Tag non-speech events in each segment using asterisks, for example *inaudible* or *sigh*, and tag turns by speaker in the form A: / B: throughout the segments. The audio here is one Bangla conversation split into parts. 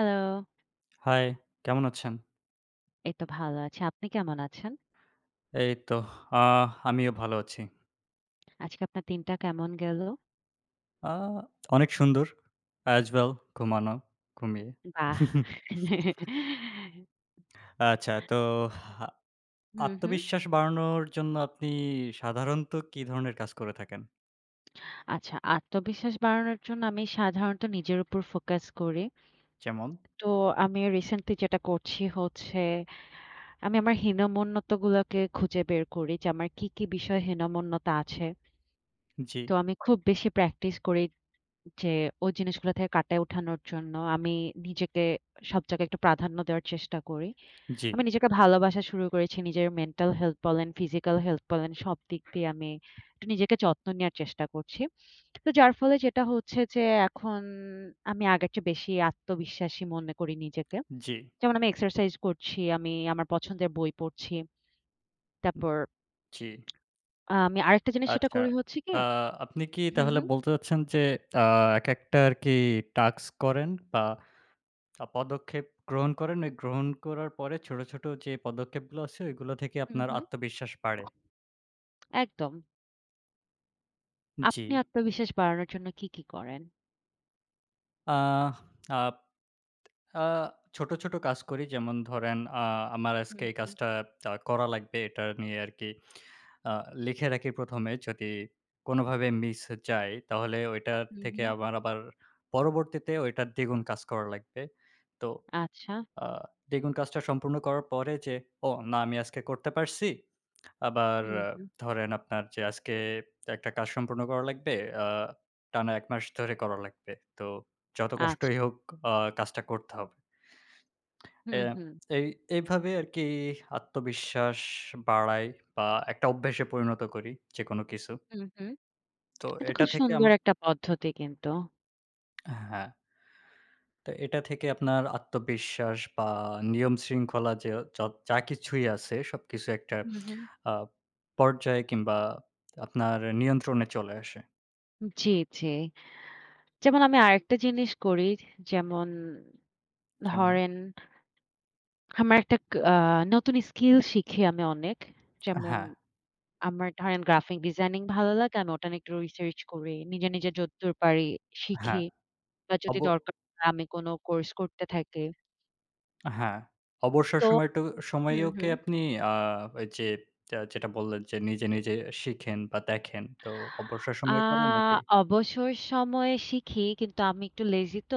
A: হ্যালো,
B: হাই, কেমন আছেন?
A: এই তো ভালো আছি। আপনি কেমন আছেন?
B: এই তো, আমিও ভালো আছি।
A: আজকে আপনার দিনটা কেমন গেল?
B: আ অনেক সুন্দর as well, ঘুমানো, ঘুমিয়ে।
A: বাহ!
B: *laughs* আচ্ছা, তো আ
A: হুম, হুম।
B: আত্মবিশ্বাস বাড়ানোর জন্য আপনি সাধারণত কি ধরনের কাজ করে থাকেন?
A: আচ্ছা, আত্মবিশ্বাস বাড়ানোর জন্য আমি সাধারণত নিজের উপর ফোকাস করি।
B: যেমন?
A: তো আমি রিসেন্টলি যেটা করছি হচ্ছে, আমি আমার হীনমন্যতাগুলোকে খুঁজে বের করি যে আমার কি বিষয়ে হীনমন্যতা আছে।
B: জি,
A: তো আমি খুব বেশি প্র্যাকটিস করি যে ওই জিনিসগুলো থেকে কাটায় ওঠানোর জন্য আমি নিজেকে সব জায়গায় একটু প্রাধান্য দেওয়ার চেষ্টা করি।
B: জি,
A: আমি নিজেকে ভালোবাসা শুরু করেছি। নিজের মেন্টাল হেলথ বলেন, ফিজিক্যাল হেলথ বলেন সব দিক দিয়ে আমি একটু নিজেকে যত্ন নেয়ার চেষ্টা করছি। তো যার ফলে যেটা হচ্ছে যে এখন আমি আগের চেয়ে বেশি আত্মবিশ্বাসী মনে করি নিজেকে।
B: জি,
A: যেমন আমি এক্সারসাইজ করছি, আমি আমার পছন্দের বই পড়ছি। তারপর
B: জি।
A: আমি আরেকটা জিনিস সেটা
B: আচ্ছা।
A: করি হচ্ছে কি।
B: আ আপনি কি
A: হুম,
B: তাহলে
A: হুম,
B: বলতে চাচ্ছেন যে আ এক একটা আরকি টাস্ক করেন বা পদক্ষেপ গ্রহণ করেন। ওই গ্রহণ করার পরে ছোট, ছোট যে পদক্ষেপগুলো আছে ওইগুলো থেকে
A: হুম,
B: আপনার
A: হুম।
B: আত্মবিশ্বাস বাড়ে।
A: একদম।
B: জি।
A: আপনি আত্মবিশ্বাস বাড়ানোর জন্য কি করেন?
B: আহ আপ আ ছোট, ছোট কাজ করি। যেমন ধরেন, আমার আজকে
A: হুম,
B: এই
A: হুম,
B: কাজটা করা লাগবে, এটা নিয়ে আরকি আ লিখে রাখি ১ম এ, যদি কোনোভাবে মিস যায় তাহলে ওইটা
A: হুম,
B: থেকে
A: হুম।
B: আমার আবার পরবর্তীতে ওইটার দ্বিগুণ কাজ করা লাগবে। তো
A: আচ্ছা।
B: আ দ্বিগুণ কাজটা সম্পূর্ণ করার পরে যে, "ও না, আমি আজকে করতে পারছি।" আবার
A: হুম, হুম।
B: ধরেন আপনার যে আজকে একটা কাজ সম্পূর্ণ করা লাগবে। আ টানা ১ মাস ধরে করা লাগবে। তো যত কষ্টই
A: আচ্ছা।
B: হোক, আ কাজটা করতে হবে। এ
A: হুম, হুম,
B: এই এইভাবে আরকি আত্মবিশ্বাস বাড়াই বা একটা অভ্যাসে পরিণত করি যেকোনো কিছু।
A: হুম, হুম।
B: তো
A: এটা
B: এটা
A: খুব
B: থেকে
A: সুন্দর
B: আমার,
A: একটা পদ্ধতি কিন্তু।
B: হ্যাঁ, তো এটা থেকে আপনার আত্মবিশ্বাস বা নিয়ম শৃঙ্খলা যে য যা কিছুই আছে সবকিছু একটা
A: হুম, হুম।
B: আ পর্যায়ে কিংবা আপনার নিয়ন্ত্রণে চলে আসে।
A: জি, জি। যেমন আমি আরেকটা জিনিস করি, যেমন
B: যেমন,
A: ধরেন আমার একটা ক আ নতুন স্কিল শিখি আমি অনেক। যেমন
B: হ্যাঁ।
A: আমার ধরেন গ্রাফিক ডিজাইনিং ভালো লাগে, আমি ওটা নিয়ে একটু রিসার্চ করি। নিজে, নিজে যতদূর পারি
B: হ্যাঁ,
A: শিখি, বা যদি
B: অব
A: দরকার হয় আমি কোনো কোর্স করতে থাকি।
B: হ্যাঁ, অবসর
A: তো হুম,
B: সময়েও কি
A: হুম।
B: আপনি আ ওই যে, যেটা বললেন যে নিজে, নিজে শিখেন বা দেখেন, তো অবসর
A: আ
B: সময়ে করেন নাকি?
A: অবসর সময়ে শিখি কিন্তু আমি একটু লেজি তো।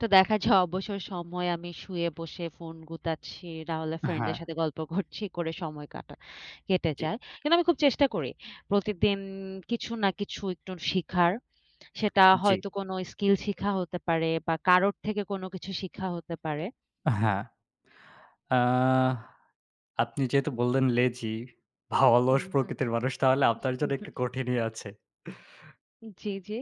A: তো দেখা যায় অবসর সময় আমি শুয়ে বসে ফোন গুতাচ্ছি, না হলে
B: হ্যাঁ,
A: ফ্রেন্ডের সাথে গল্প করছি, করে সময় কাটা কেটে
B: জি,
A: যায়। কিন্তু আমি খুব চেষ্টা করি প্রতিদিন কিছু না কিছু একটু শিখার। সেটা
B: জি,
A: হয়তো কোনো স্কিল শিখা হতে পারে বা কারোর থেকে কোনো কিছু শিখা হতে পারে।
B: হ্যাঁ। আ আপনি যেহেতু বললেন লেজি বা অলস
A: হুম, হুম।
B: প্রকৃতির মানুষ, তাহলে আপনার
A: হুম
B: জন্য একটু
A: হুম।
B: কঠিনই আছে।
A: জি, জি।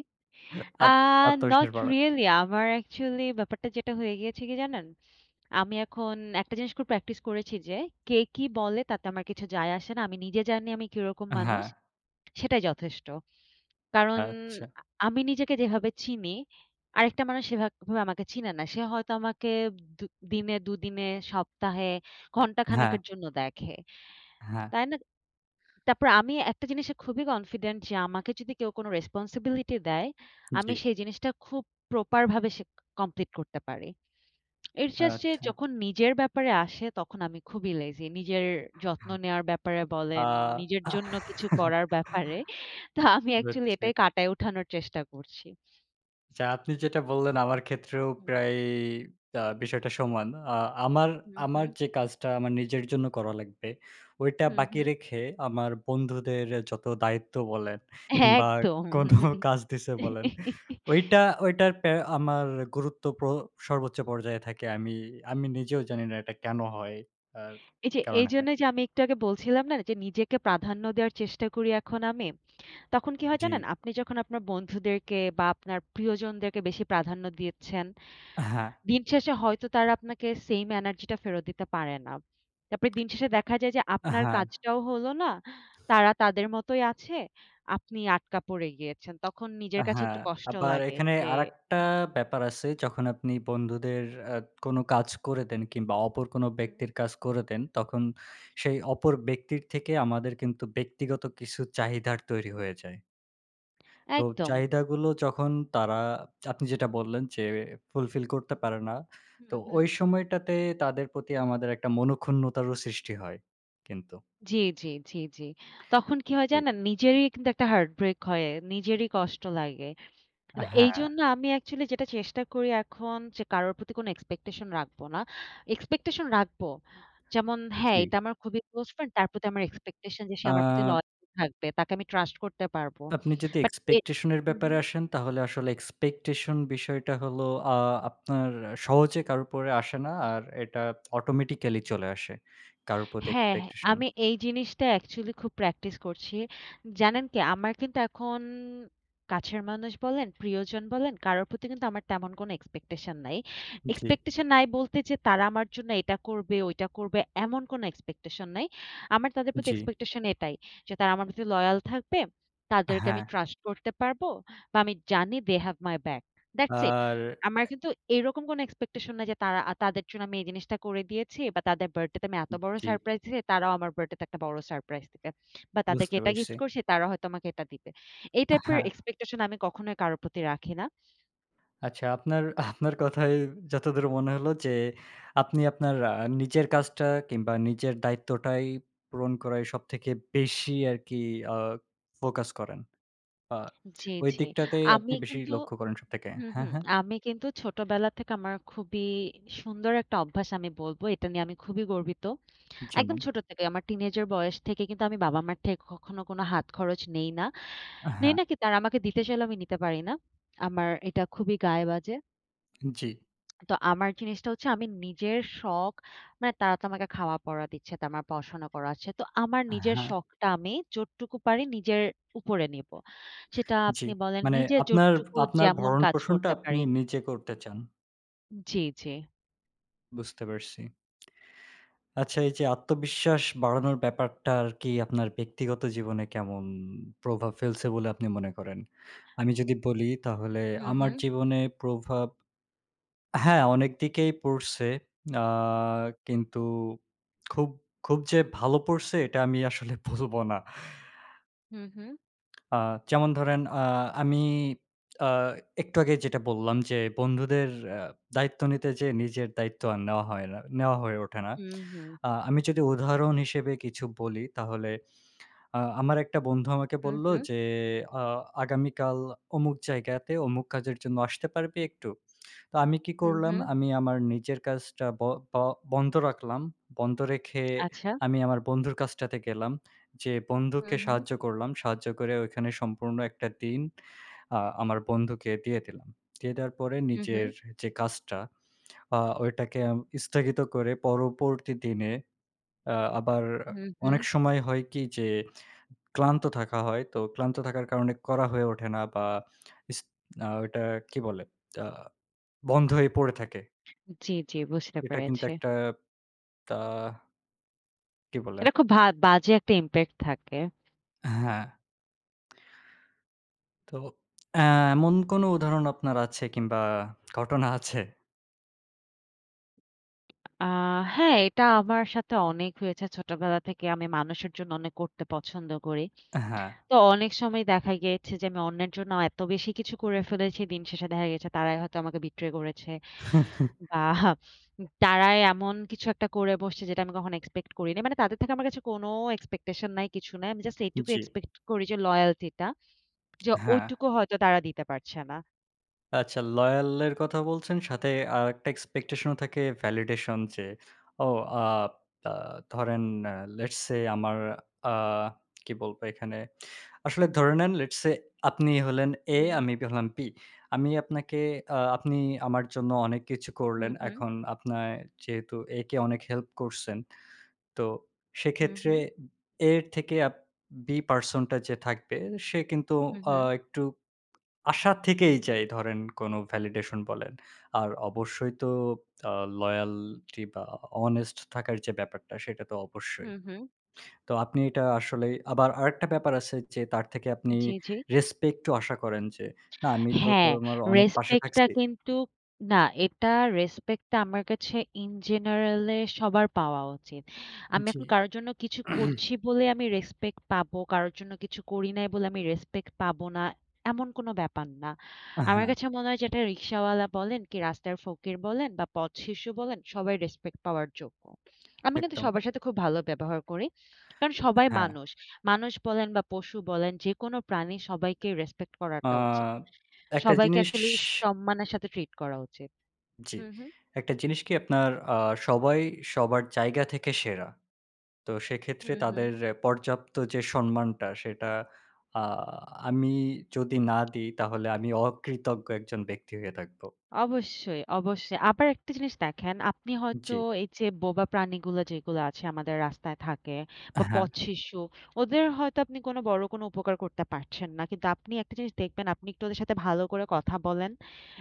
A: আ
B: আত আত্মবিশ্বাস
A: নট
B: বাড়া,
A: রিয়ালি। আমার অ্যাকচুয়ালি ব্যাপারটা যেটা হয়ে গিয়েছে কি জানেন? আমি এখন একটা জিনিস খুব প্র্যাকটিস করেছি যে, কে কি বলে তাতে আমার কিছু যায় আসে না। আমি নিজে জানি আমি কিরকম
B: হ্যাঁ,
A: মানুষ। সেটাই যথেষ্ট। কারণ
B: আচ্ছা।
A: আ আমি নিজেকে যেভাবে চিনি, আরেকটা মানুষ সেভাবে আমাকে চিনে না। সে হয়তো আমাকে দু দিনে, দুদিনে, সপ্তাহে,
B: হ্যাঁ,
A: ঘন্টাখানেকের জন্য দেখে।
B: হ্যাঁ,
A: তাই না? তারপর আমি একটা জিনিসে খুবই কনফিডেন্ট যে আমাকে যদি কেউ কোনো রেসপনসিবিলিটি দেয়,
B: জি,
A: আমি সেই জিনিসটা খুব প্রপার ভাবে সে কমপ্লিট করতে পারি। It's just যে
B: আচ্ছা।
A: যখন নিজের ব্যাপারে আসে তখন আমি খুবই লেজি। নিজের যত্ন নেওয়ার ব্যাপারে
B: আ
A: বলেন, নিজের জন্য কিছু করার ব্যাপারে।
B: *laughs*
A: তো আমি অ্যাকচুয়ালি
B: বুঝছি।
A: এটাই কাটায় উঠানোর চেষ্টা করছি।
B: আচ্ছা, আপনি যেটা বললেন আমার ক্ষেত্রেও
A: হুম,
B: প্রায় বিষয়টা সমান। আ আমার
A: হুম,
B: আমার
A: হুম,
B: যে কাজটা আমার নিজের জন্য করা লাগবে, ওইটা
A: হুম,
B: বাকি
A: হুম।
B: রেখে আমার বন্ধুদের যত দায়িত্ব বলেন বা
A: একদম।
B: কোনো কাজ দিছে বলেন, ওইটা ওইটার পে আমার গুরুত্ব সর্বোচ্চ পর্যায়ে থাকে। আমি আমি নিজেও জানি না এটা কেন হয়? আর
A: এই
B: কি
A: যে
B: কারণে হয়?
A: এইজন্যই যে আমি একটু আগে বলছিলাম না যে নিজেকে প্রাধান্য দেওয়ার চেষ্টা করি এখন আমি। তখন কি হয়
B: জি।
A: জানেন? আপনি যখন আপনার বন্ধুদেরকে বা আপনার প্রিয়জনদেরকে বেশি প্রাধান্য দিচ্ছেন,
B: হ্যাঁ,
A: দিন শেষে হয়তো তারা আপনাকে সেইম এনার্জিটা ফেরত দিতে পারে না। তারপরে দিন শেষে দেখা যায় যে আপনার
B: হ্যাঁ।
A: কাজটাও হলো না। তারা তাদের মতোই আছে। আপনি আটকা পড়ে গিয়েছেন। তখন নিজের কাছে
B: হ্যাঁ,
A: একটু কষ্ট
B: আবার
A: লাগে
B: এখানে
A: যে
B: আরেকটা
A: হুম,
B: ব্যাপার আছে। যখন আপনি বন্ধুদের আ কোনো কাজ করে দেন কিংবা অপর কোনো
A: হুম।
B: ব্যক্তির কাজ করে দেন, তখন সেই অপর ব্যক্তির থেকে আমাদের কিন্তু ব্যক্তিগত কিছু চাহিদার তৈরি হয়ে যায়। তো
A: একদম।
B: চাহিদাগুলো যখন তারা আপনি যেটা বললেন যে ফুলফিল করতে পারে না, তো
A: হুম, হুম।
B: ওই সময়টাতে তাদের প্রতি আমাদের একটা মনোক্ষুণ্ণতারও সৃষ্টি হয় কিন্তু।
A: জি, জি, জি, জি। তখন কি হয়
B: জি।
A: জানেন? নিজেরই কিন্তু একটা হার্ট ব্রেক হয়। নিজেরই কষ্ট লাগে।
B: হ্যাঁ,
A: এইজন্য আমি অ্যাকচুয়ালি যেটা চেষ্টা করি এখন যে কারোর প্রতি কোনো এক্সপেকটেশন রাখবো না। এক্সপেকটেশন রাখবো। যেমন হ্যাঁ,
B: জি।
A: এটা আমার খুবই ক্লোজ ফ্রেন্ড। তার প্রতি আমার এক্সপেকটেশন যে সে
B: আ
A: আমার প্রতি লয়াল থাকবে। তাকে আমি ট্রাস্ট করতে পারবো।
B: আপনি যদি
A: বাট এ
B: expectation এর
A: হুম,
B: ব্যাপারে
A: হুম।
B: আসেন, তাহলে আসলে expectation বিষয়টা হলো আ আপনার সহজে কারো উপরে আসে না। আর এটা automatically চলে আসে। কারো প্রতি
A: হ্যাঁ, হ্যাঁ,
B: expectation,
A: আমি এই জিনিসটা অ্যাকচুয়ালি খুব প্র্যাকটিস করছি। জানেন কি? আমার কিন্তু এখন কাছের মানুষ বলেন, প্রিয়জন বলেন, কারোর প্রতি কিন্তু আমার তেমন কোনো এক্সপেকটেশন নাই।
B: জি,
A: এক্সপেকটেশন নাই বলতে যে তারা আমার জন্য এটা করবে, ওইটা করবে, এমন কোনো এক্সপেকটেশন নাই। আমার তাদের প্রতি
B: জি।
A: এক্সপেকটেশন এটাই যে তারা আমার প্রতি লয়াল থাকবে, তাদেরকে
B: হ্যাঁ,
A: আমি ট্রাস্ট করতে পারবো, বা আমি জানি they have my back. That's it.
B: আর
A: আমার কিন্তু এরকম কোনো এক্সপেকটেশন নাই যে তারা তাদের জন্য আমি এই জিনিসটা করে দিয়েছি বা তাদের বার্থডে তে আমি এত বড়
B: জি,
A: সারপ্রাইজ দিছি, তারাও আমার বার্থডে তে একটা বড় সারপ্রাইজ দিবে। বা তাদেরকে
B: বুঝতে
A: এটা
B: পারছি।
A: গিফট করছি, তারা হয়তো আমাকে এটা দিবে। এই টাইপের
B: হ্যাঁ,
A: এক্সপেকটেশন আমি কখনোই কারো প্রতি রাখি না।
B: আচ্ছা, আপনার আপনার কথায় যতদূর মনে হলো যে, আপনি আপনার নিজের কাজটা কিংবা নিজের দায়িত্বটাই পূরণ করায় সবথেকে বেশি আরকি আ ফোকাস করেন। আ
A: জি,
B: ওই
A: জি।
B: দিকটাতেই
A: আমি
B: আপনি বেশি
A: কিন্তু
B: লক্ষ্য করেন সবথেকে।
A: হুম,
B: হ্যাঁ,
A: হুম।
B: হ্যাঁ।
A: আমি কিন্তু ছোটবেলা থেকে আমার খুবই সুন্দর একটা অভ্যাস আমি বলব। এটা নিয়ে আমি খুবই গর্বিত। একদম
B: যেমন?
A: ছোট থেকে আমার টিনেজের বয়স থেকে কিন্তু আমি বাবা-মার থেকে কখনো কোনো হাত খরচ নেই না। নেই
B: হ্যাঁ,
A: না কি তারা আমাকে দিতে চাইলেও আমি নিতে পারি না। আমার এটা খুবই গায়ে বাজে।
B: জি।
A: তো আমার জিনিসটা হচ্ছে আমি নিজের শখ, মানে তারা তো আমাকে খাওয়া-পরা দিচ্ছে, তো আমার পড়াশোনা করাচ্ছে। তো আমার নিজের
B: হ্যাঁ,
A: শখটা আমি যতটুকু পারি নিজের উপরে নিব। সেটা
B: জি।
A: আপনি বলেন
B: মানে
A: নিজে
B: আপনার
A: যতটুকু
B: আপনার
A: যেমন কাজ
B: ভরণ-পোষণটা
A: করতে
B: আপনি
A: পারি।
B: নিজে করতে চান।
A: জি, জি।
B: বুঝতে পারছি। আচ্ছা, এই যে আত্মবিশ্বাস বাড়ানোর ব্যাপারটা আরকি আপনার ব্যক্তিগত জীবনে কেমন প্রভাব ফেলছে বলে আপনি মনে করেন? আমি যদি বলি তাহলে
A: হুম,
B: আমার
A: হুম,
B: জীবনে প্রভাব, হ্যাঁ, অনেক দিকেই পড়ছে। আ কিন্তু খুব, খুব যে ভালো পড়ছে এটা আমি আসলে বলব না।
A: হুম, হুম,
B: আ যেমন ধরেন, আমি আ একটু আগে যেটা বললাম যে বন্ধুদের আ দায়িত্ব নিতে যেয়ে নিজের দায়িত্ব আর নেওয়া হয়ে ওঠে না।
A: হুম, হুম,
B: আমি যদি উদাহরণ হিসেবে কিছু বলি তাহলে আমার একটা বন্ধু আমাকে
A: হুম,
B: বলল
A: হুম,
B: যে, "আ আগামীকাল অমুক জায়গাতে অমুক কাজের জন্য আসতে পারবি একটু?" তো আমি কি
A: হুম,
B: করলাম,
A: হুম।
B: আমি আমার নিজের কাজটা ব ব বন্ধ রাখলাম। বন্ধ রেখে
A: আচ্ছা।
B: আমি আমার বন্ধুর কাজটাতে গেলাম। যে
A: হুম,
B: বন্ধুকে
A: হুম,
B: সাহায্য করলাম। সাহায্য করে ওইখানে সম্পূর্ণ একটা দিন আমার বন্ধুকে দিয়ে দিলাম। দিয়ে দেওয়ার পরে
A: হুম, হুম,
B: নিজের যে কাজটা ওইটাকে স্থগিত করে পরবর্তী দিনে আবার
A: হুম, হুম।
B: অনেক সময় হয় কি যে ক্লান্ত থাকা হয়। তো ক্লান্ত থাকার কারণে করা হয়ে ওঠে না বা ইস আ ওইটা কি বলে? আ বন্ধ হয়ে পড়ে থাকে।
A: জি, জি, বুঝতে
B: এটা কিন্তু
A: পেরেছি।
B: একটা তা কি বলে?
A: এটা খুব বাজে একটা ইমপ্যাক্ট থাকে।
B: হ্যাঁ, তো অ্যা এমন কোনো উদাহরণ আপনার আছে কিংবা ঘটনা আছে?
A: আ হ্যাঁ, এটা আমার সাথে অনেক হয়েছে। ছোটবেলা থেকে আমি মানুষের জন্য অনেক করতে পছন্দ করি।
B: হ্যাঁ।
A: তো অনেক সময় দেখা গিয়েছে যে আমি অন্যের জন্য এত বেশি কিছু করে ফেলেছি, দিন শেষে দেখা গেছে তারাই হয়তো আমাকে বিট্রে করেছে
B: *laughs*
A: বা তারাই এমন কিছু একটা করে বসছে যেটা আমি কখনো এক্সপেক্ট করিনি। মানে তাদের থেকে আমার কাছে কোনো এক্সপেকটেশন নাই, কিছু নাই। আমি জাস্ট এইটুকু
B: জি,
A: এক্সপেক্ট করি যে লয়ালটি টা, যে
B: হ্যাঁ।
A: ওইটুকু হয়তো তারা দিতে পারছে না।
B: আচ্ছা, লয়াল এর কথা বলছেন সাথে আরেকটা এক্সপেকটেশন ও থাকে, ভ্যালিডেশন যে, ও আ আ ধরেন, লেটস সে আমার, আ কি বলবো এখানে? আসলে ধরে নেন, লেটস সে আপনি হলেন A,
A: হুম,
B: আমি হলাম B। আমি আপনাকে, আপনি আমার জন্য অনেক কিছু
A: হুম,
B: করলেন।
A: হুম,
B: এখন আপনার যেহেতু A কে অনেক হেল্প করছেন, তো
A: হুম,
B: সেক্ষেত্রে
A: হুম,
B: A এর থেকে B পারসন টা যে থাকবে সে কিন্তু
A: হুম,
B: একটু আশা থেকেই যাই, ধরেন কোনো ভ্যালিডেশন বলেন। আর অবশ্যই তো আ লয়ালটি বা honest থাকার যে ব্যাপারটা সেটা তো অবশ্যই।
A: হুম, হুম।
B: তো আপনি এটা আসলেই, আবার আরেকটা ব্যাপার আছে যে তার থেকে আপনি
A: জি, জি।
B: রেসপেক্ট ও আশা করেন যে, "না, আমি তো
A: হ্যাঁ,
B: তোমার অনেক পাশে
A: রেসপেক্টটা
B: থাকছি।"
A: কিন্তু না, এটা রেসপেক্টটা আমার কাছে ইন জেনারেল এ সবার পাওয়া উচিত। আমি
B: জি।
A: এখন কারো জন্য কিছু করছি বলে আমি রেসপেক্ট পাবো, কারোর জন্য কিছু করি নাই বলে আমি রেসপেক্ট পাবো না, এমন কোনো ব্যাপার না। আমার
B: হ্যাঁ,
A: কাছে মনে হয় যে এটা রিক্শাওয়ালা বলেন কি রাস্তার ফকির বলেন বা পথ শিশু বলেন, সবাই রেসপেক্ট পাওয়ার যোগ্য। আমি কিন্তু
B: একদম।
A: সবার সাথে খুব ভালো ব্যবহার করি। কারণ সবাই
B: হ্যাঁ।
A: মানুষ। মানুষ বলেন বা পশু বলেন যেকোনো প্রাণী সবাইকে রেসপেক্ট করাটা উচিত।
B: আ একটা
A: সবাইকে
B: জিনিস,
A: অ্যাকচুয়ালি সম্মানের সাথে ট্রিট করা উচিত।
B: জি,
A: হুম, হুম।
B: একটা জিনিস কি আপনার, সবাই সবার জায়গা থেকে সেরা। তো সেক্ষেত্রে
A: হুম, হুম।
B: তাদের পর্যাপ্ত যে সম্মানটা সেটা আ আমি যদি না দিই তাহলে আমি অকৃতজ্ঞ একজন ব্যক্তি হয়ে থাকবো।
A: অবশ্যই, অবশ্যই। আবার একটা জিনিস দেখেন, আপনি হয়তো
B: জি।
A: এই যে বোবা প্রাণীগুলো যেগুলো আছে আমাদের রাস্তায় থাকে বা
B: হ্যাঁ,
A: পথশিশু, ওদের হয়তো আপনি কোনো বড় কোনো উপকার করতে পারছেন না। কিন্তু আপনি একটা জিনিস দেখবেন, আপনি একটু ওদের সাথে ভালো করে কথা বলেন,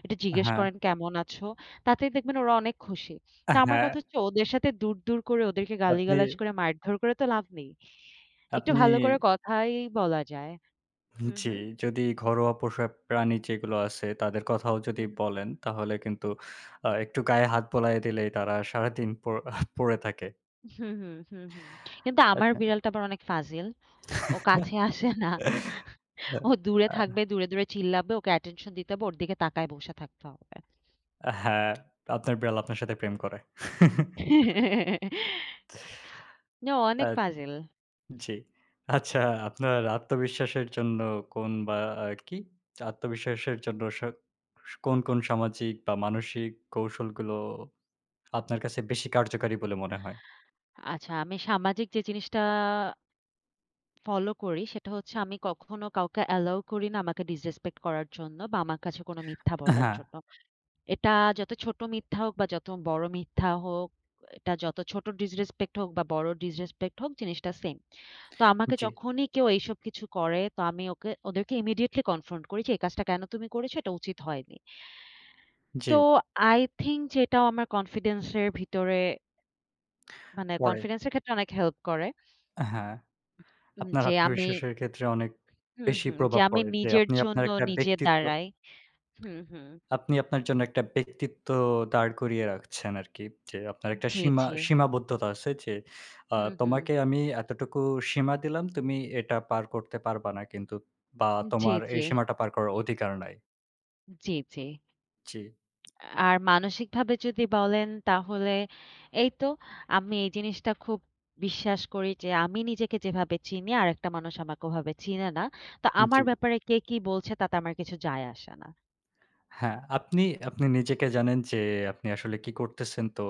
A: একটু জিজ্ঞেস
B: হ্যাঁ,
A: করেন, "কেমন আছো?" তাতেই দেখবেন ওরা অনেক খুশি। তো আমার
B: হ্যাঁ।
A: কথা হচ্ছে ওদের সাথে দূর, দূর করে ওদেরকে
B: আপনি
A: গালিগালাজ করে মারধর করে তো লাভ নেই। একটু
B: আপনি
A: ভালো করে কথাই বলা যায়। হুম,
B: জি,
A: হুম।
B: যদি ঘরোয়া পোষা প্রাণী যেগুলো আছে তাদের কথাও যদি
A: হুম, হুম।
B: বলেন তাহলে কিন্তু একটু গায়ে হাত বোলায় দিলেই তারা সারাদিন পড়ে থাকে।
A: হুম, হুম, হুম, হুম। কিন্তু আমার
B: আচ্ছা।
A: বিড়ালটা আবার অনেক ফাজিল। ও কাছে আসে না। ও দূরে থাকবে, দূরে, দূরে চিল্লাবে। ওকে attention দিতে হবে। ওর দিকে তাকায় বসে থাকতে হবে।
B: হ্যাঁ, আপনার বিড়াল আপনার সাথে প্রেম করে। *laughs*
A: না, ও
B: আ
A: অনেক ফাজিল।
B: জি। আচ্ছা, আপনার আত্মবিশ্বাসের জন্য কোন বা কি? আত্মবিশ্বাসের জন্য কোন, কোন সামাজিক বা মানসিক কৌশলগুলো আপনার কাছে বেশি কার্যকারী বলে মনে হয়?
A: আচ্ছা, আমি সামাজিক যে জিনিসটা ফলো করি সেটা হচ্ছে আমি কখনো কাউকে allow করি না আমাকে disrespect করার জন্য বা আমার কাছে কোনো মিথ্যা বলার
B: হ্যাঁ।
A: জন্য। এটা যত ছোট মিথ্যা হোক বা যত বড় মিথ্যা হোক, এটা যত ছোট disrespect হোক বা বড় disrespect হোক, জিনিসটা সেম। তো আমাকে
B: জি,
A: যখনই কেউ এইসব কিছু করে তো আমি ওদেরকে ইমিডিয়েটলি কনফ্রন্ট করি যে এই কাজটা কেন তুমি করেছো? এটা উচিত হয়নি।
B: জি,
A: তো আই থিংক যে এটাও আমার কনফিডেন্স এর ভিতরে, মানে
B: পড়ে।
A: কনফিডেন্স এর ক্ষেত্রে অনেক হেল্প করে।
B: হ্যাঁ, আপনার
A: যে আমি
B: আত্মবিশ্বাসের ক্ষেত্রে অনেক
A: হুম,
B: বেশি
A: হুম, যে
B: প্রভাব
A: আমি
B: পড়ে যে
A: নিজের
B: আপনি আপনার
A: জন্য
B: একটা
A: নিজে
B: ব্যক্তিত্ব,
A: দাঁড়াই। হুম, হুম।
B: আপনি আপনার জন্য একটা ব্যক্তিত্ব দাঁড় করিয়ে রাখছেন আরকি। যে আপনার একটা
A: জি, জি।
B: সীমাবদ্ধতা আছে যে
A: হুম, হুম।
B: তোমাকে আমি এতটুকু সীমা দিলাম, তুমি এটা পার করতে পারবা না কিন্তু, বা
A: জি,
B: তোমার এই
A: জি।
B: সীমাটা পার করার অধিকার নাই।
A: জি, জি।
B: জি,
A: আর মানসিকভাবে যদি বলেন তাহলে এই তো, আমি এই জিনিসটা খুব বিশ্বাস করি যে আমি নিজেকে যেভাবে চিনি আরেকটা মানুষ আমাকে ওভাবে চিনে না। তো
B: জি।
A: আমার ব্যাপারে কে কি বলছে তাতে আমার কিছু যায় আসে না।
B: হ্যাঁ, আপনি নিজেকে জানেন যে আপনি আসলে কি করতেছেন, তো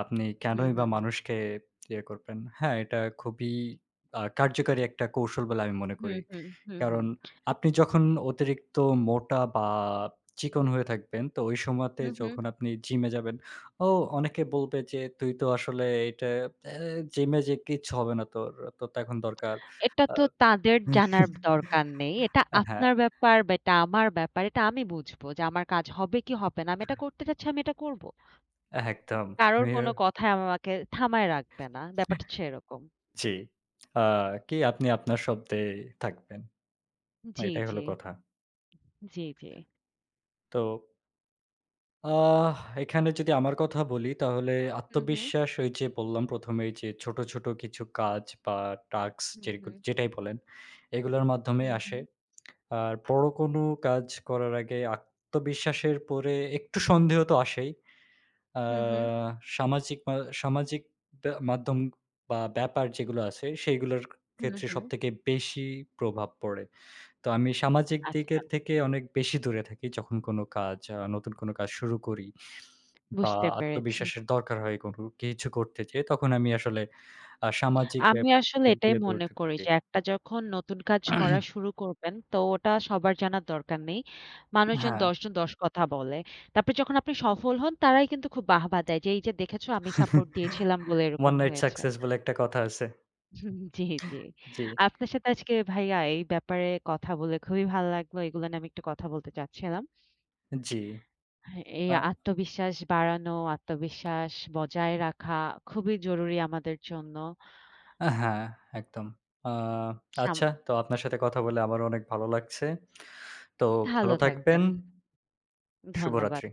B: আপনি
A: হুম,
B: কেনই বা
A: হুম।
B: মানুষকে ইয়ে করবেন। হ্যাঁ, এটা খুবই কার্যকারী একটা কৌশল বলে আমি মনে
A: হুম,
B: করি।
A: হুম। হুম, হুম।
B: কারণ আপনি যখন অতিরিক্ত মোটা বা চিকন হয়ে থাকবেন, তো ওই সময়তে
A: হুম, হুম।
B: যখন আপনি জিমে যাবেন, ও অনেকে বলবে যে, "তুই তো আসলে এটা এ জিমে যেয়ে কিচ্ছু হবে না তোর। তোর তো এখন দরকার।"
A: এটা
B: আ
A: তো তাদের জানার
B: *laughs*
A: দরকার নেই। এটা
B: হ্যাঁ,
A: আপনার ব্যাপার বা এটা আমার ব্যাপার। এটা আমি বুঝবো যে আমার কাজ হবে কি হবে না। আমি এটা করতে চাচ্ছি, আমি এটা করব।
B: একদম।
A: কারোর কোনো কথাই আমাকে থামায় রাখবে না। ব্যাপারটা হচ্ছে এরকম।
B: জি। আ কি আপনি আপনার শব্দে থাকবেন।
A: জি,
B: এটাই হলো
A: জি।
B: কথা।
A: জি, জি।
B: তো আহ এখানে যদি আমার কথা বলি তাহলে
A: হুম, হুম,
B: আত্মবিশ্বাস ওই যে বললাম ১ম এই যে ছোট, ছোট কিছু কাজ বা টাস্ক
A: হুম, হুম,
B: যেটাই বলেন, এগুলোর মাধ্যমে
A: হুম,
B: আসে।
A: হুম,
B: আর বড় কোনো কাজ করার আগে আত্মবিশ্বাসের পরে একটু সন্দেহ তো আসেই। আ
A: হুম, হুম,
B: সামাজিক মা সামাজিক মাধ্যম বা ব্যাপার যেগুলো আছে সেইগুলোর
A: হুম,
B: ক্ষেত্রে
A: হুম।
B: সবথেকে বেশি প্রভাব পড়ে। তো আমি সামাজিক
A: আচ্ছা,
B: দিকের থেকে অনেক বেশি দূরে থাকি। যখন কোনো কাজ আ নতুন কোনো কাজ শুরু করি বা
A: বুঝতে পেরেছি।
B: আত্মবিশ্বাসের দরকার হয় কোনো কিছু করতে যেয়ে, তখন আমি আসলে সামাজিক
A: আমি আসলে
B: দিক
A: এটাই
B: দিয়ে
A: মনে
B: দৌড়তে
A: করি
B: থাকি।
A: যে একটা যখন নতুন কাজ করা শুরু করবেন তো ওটা সবার জানার দরকার নেই। মানুষজন
B: হ্যাঁ।
A: ১০ জন ১০ কথা বলে। তারপরে যখন আপনি সফল হন তারাই কিন্তু খুব বাহবা দেয় যে, "এই যে দেখেছো আমি সাপোর্ট দিয়েছিলাম বলে এরকম
B: one night
A: হয়েছে।"
B: success বলে একটা কথা আছে।
A: হুম, জি, জি।
B: জি,
A: আপনার সাথে আজকে ভাইয়া এই ব্যাপারে কথা বলে খুবই ভালো লাগলো। এগুলো নিয়ে আমি একটু কথা বলতে চাচ্ছিলাম।
B: জি।
A: হ্যাঁ, এই
B: আ
A: আত্মবিশ্বাস বাড়ানো, আত্মবিশ্বাস বজায় রাখা খুবই জরুরি আমাদের জন্য।
B: হ্যাঁ, একদম। আ
A: সাম
B: আচ্ছা, তো আপনার সাথে কথা বলে আমারও অনেক ভালো লাগছে। তো ভালো
A: ভালো
B: থাকবেন।
A: থাকবেন। ধন্যবাদ।
B: শুভরাত্রি।